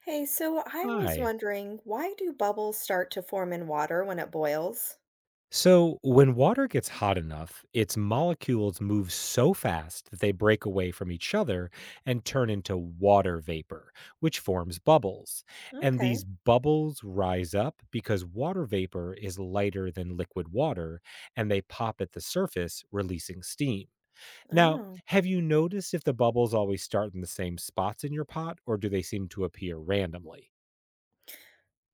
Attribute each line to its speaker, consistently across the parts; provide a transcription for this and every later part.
Speaker 1: Hey, so I was
Speaker 2: Hi.
Speaker 1: wondering, why do bubbles start to form in water when it boils?
Speaker 2: So, when water gets hot enough, its molecules move so fast that they break away from each other and turn into water vapor, which forms bubbles. And these
Speaker 1: Okay.
Speaker 2: bubbles rise up because water vapor is lighter than liquid water and they pop at the surface, releasing steam. Now,
Speaker 1: Oh.
Speaker 2: have you noticed if the bubbles always start in the same spots in your pot or do they seem to appear randomly?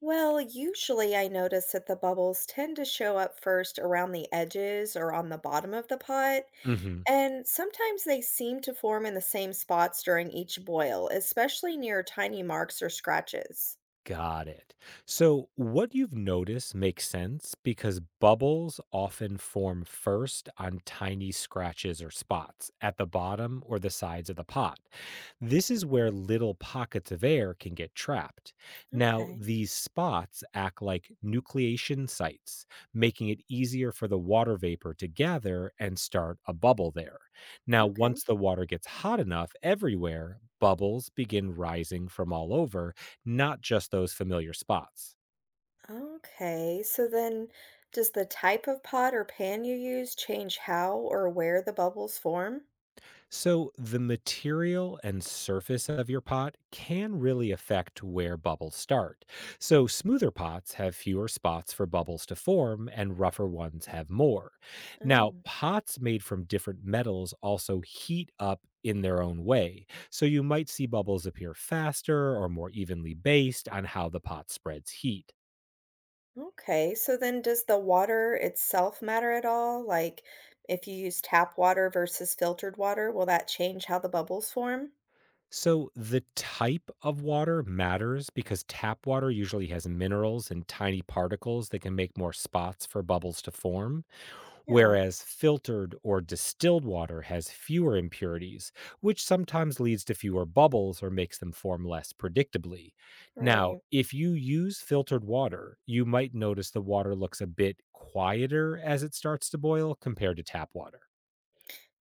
Speaker 1: Well, usually I notice that the bubbles tend to show up first around the edges or on the bottom of the pot,
Speaker 2: Hmm.
Speaker 1: and sometimes they seem to form in the same spots during each boil, especially near tiny marks or scratches.
Speaker 2: Got it. So, what you've noticed makes sense because bubbles often form first on tiny scratches or spots at the bottom or the sides of the pot. This is where little pockets of air can get trapped. Now,
Speaker 1: Okay.
Speaker 2: these spots act like nucleation sites, making it easier for the water vapor to gather and start a bubble there. Now,
Speaker 1: Okay.
Speaker 2: once the water gets hot enough everywhere, bubbles begin rising from all over, not just those familiar spots.
Speaker 1: Okay. So then, does the type of pot or pan you use change how or where the bubbles form?
Speaker 2: So, the material and surface of your pot can really affect where bubbles start. So, smoother pots have fewer spots for bubbles to form, and rougher ones have more. Now,
Speaker 1: Oh.
Speaker 2: pots made from different metals also heat up in their own way. So, you might see bubbles appear faster or more evenly based on how the pot spreads heat.
Speaker 1: Okay, so then does the water itself matter at all? Like if you use tap water versus filtered water, will that change how the bubbles form?
Speaker 2: So the type of water matters because tap water usually has minerals and tiny particles that can make more spots for bubbles to form,
Speaker 1: Yeah,
Speaker 2: whereas filtered or distilled water has fewer impurities, which sometimes leads to fewer bubbles or makes them form less predictably. Now,
Speaker 1: right.
Speaker 2: if you use filtered water, you might notice the water looks a bit quieter as it starts to boil compared to tap water.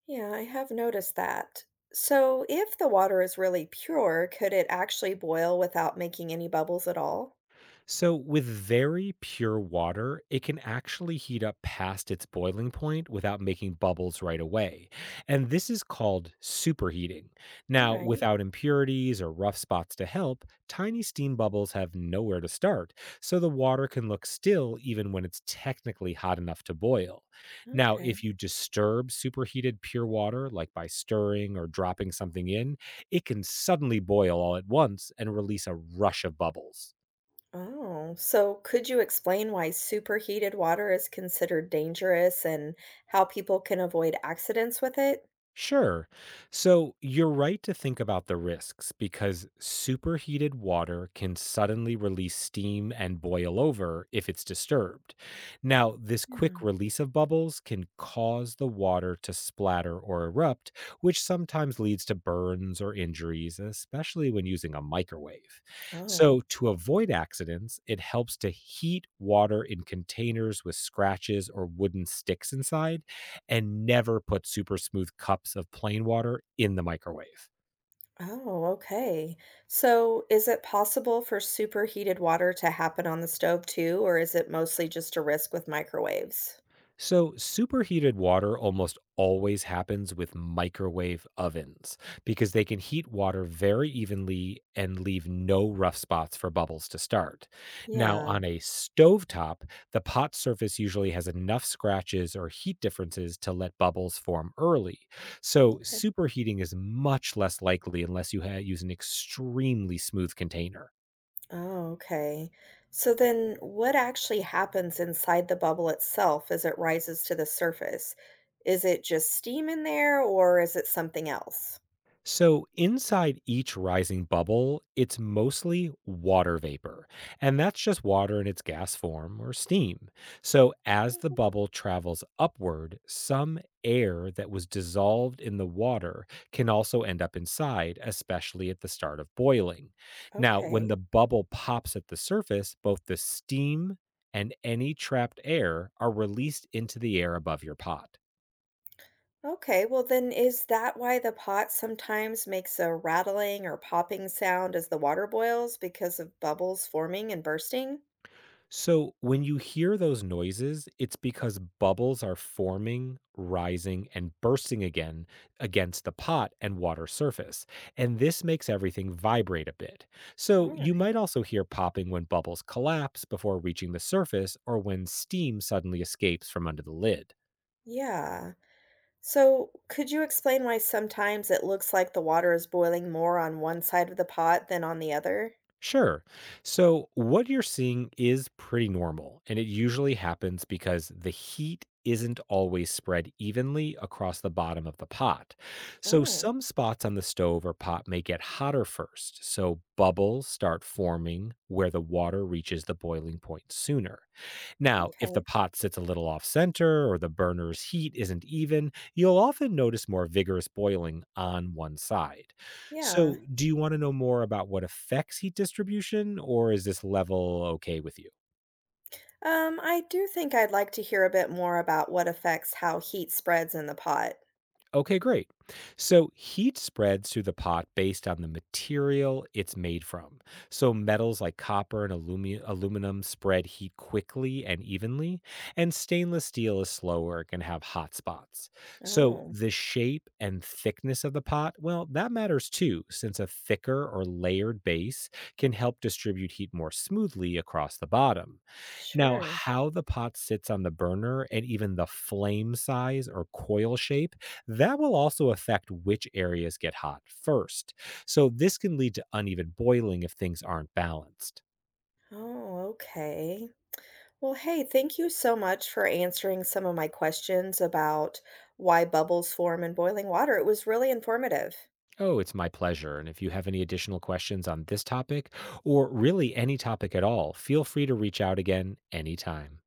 Speaker 1: Yeah, I have noticed that. So if the water is really pure, could it actually boil without making any bubbles at all?
Speaker 2: So, with very pure water, it can actually heat up past its boiling point without making bubbles right away. And this is called superheating.
Speaker 1: All
Speaker 2: Now,
Speaker 1: right,
Speaker 2: without impurities or rough spots to help, tiny steam bubbles have nowhere to start, so the water can look still even when it's technically hot enough to boil. Now,
Speaker 1: okay.
Speaker 2: if you disturb superheated pure water, like by stirring or dropping something in, it can suddenly boil all at once and release a rush of bubbles.
Speaker 1: Oh, so could you explain why superheated water is considered dangerous and how people can avoid accidents with it?
Speaker 2: Sure. So you're right to think about the risks because superheated water can suddenly release steam and boil over if it's disturbed. Now, this
Speaker 1: Yeah.
Speaker 2: quick release of bubbles can cause the water to splatter or erupt, which sometimes leads to burns or injuries, especially when using a microwave.
Speaker 1: Oh.
Speaker 2: So, to avoid accidents, it helps to heat water in containers with scratches or wooden sticks inside and never put super smooth cups of plain water in the microwave.
Speaker 1: Oh, okay. So is it possible for superheated water to happen on the stove too, or is it mostly just a risk with microwaves?
Speaker 2: So, superheated water almost always happens with microwave ovens because they can heat water very evenly and leave no rough spots for bubbles to start. Now,
Speaker 1: Yeah.
Speaker 2: on a stovetop, the pot surface usually has enough scratches or heat differences to let bubbles form early. So,
Speaker 1: Okay.
Speaker 2: superheating is much less likely unless you use an extremely smooth container.
Speaker 1: Oh, okay. So then what actually happens inside the bubble itself as it rises to the surface? Is it just steam in there or is it something else?
Speaker 2: So, inside each rising bubble, it's mostly water vapor, and that's just water in its gas form or steam. So, as the bubble travels upward, some air that was dissolved in the water can also end up inside, especially at the start of boiling. Now, when
Speaker 1: Okay.
Speaker 2: the bubble pops at the surface, both the steam and any trapped air are released into the air above your pot.
Speaker 1: Okay. Well, then is that why the pot sometimes makes a rattling or popping sound as the water boils because of bubbles forming and bursting?
Speaker 2: So, when you hear those noises, it's because bubbles are forming, rising, and bursting again against the pot and water surface. And this makes everything vibrate a bit.
Speaker 1: All
Speaker 2: So, you might
Speaker 1: right.
Speaker 2: also hear popping when bubbles collapse before reaching the surface or when steam suddenly escapes from under the lid.
Speaker 1: Yeah. So, could you explain why sometimes it looks like the water is boiling more on one side of the pot than on the other?
Speaker 2: Sure. So, what you're seeing is pretty normal, and it usually happens because the heat isn't always spread evenly across the bottom of the pot. So,
Speaker 1: Oh,
Speaker 2: some spots on the stove or pot may get hotter first, so bubbles start forming where the water reaches the boiling point sooner. Now, if the
Speaker 1: okay.
Speaker 2: pot sits a little off center or the burner's heat isn't even, you'll often notice more vigorous boiling on one side.
Speaker 1: Yeah.
Speaker 2: So, do you want to know more about what affects heat distribution, or is this level okay with you?
Speaker 1: I do think I'd like to hear a bit more about what affects how heat spreads in the pot.
Speaker 2: Okay, great. So heat spreads through the pot based on the material it's made from. So metals like copper and aluminum spread heat quickly and evenly, and stainless steel is slower and can have hot spots. So
Speaker 1: Oh,
Speaker 2: the shape and thickness of the pot, well, that matters too, since a thicker or layered base can help distribute heat more smoothly across the bottom. Now,
Speaker 1: sure.
Speaker 2: how the pot sits on the burner and even the flame size or coil shape, that will also affect which areas get hot first. So, this can lead to uneven boiling if things aren't balanced.
Speaker 1: Oh, okay. Well, hey, thank you so much for answering some of my questions about why bubbles form in boiling water. It was really informative.
Speaker 2: Oh, it's my pleasure. And if you have any additional questions on this topic, or really any topic at all, feel free to reach out again anytime.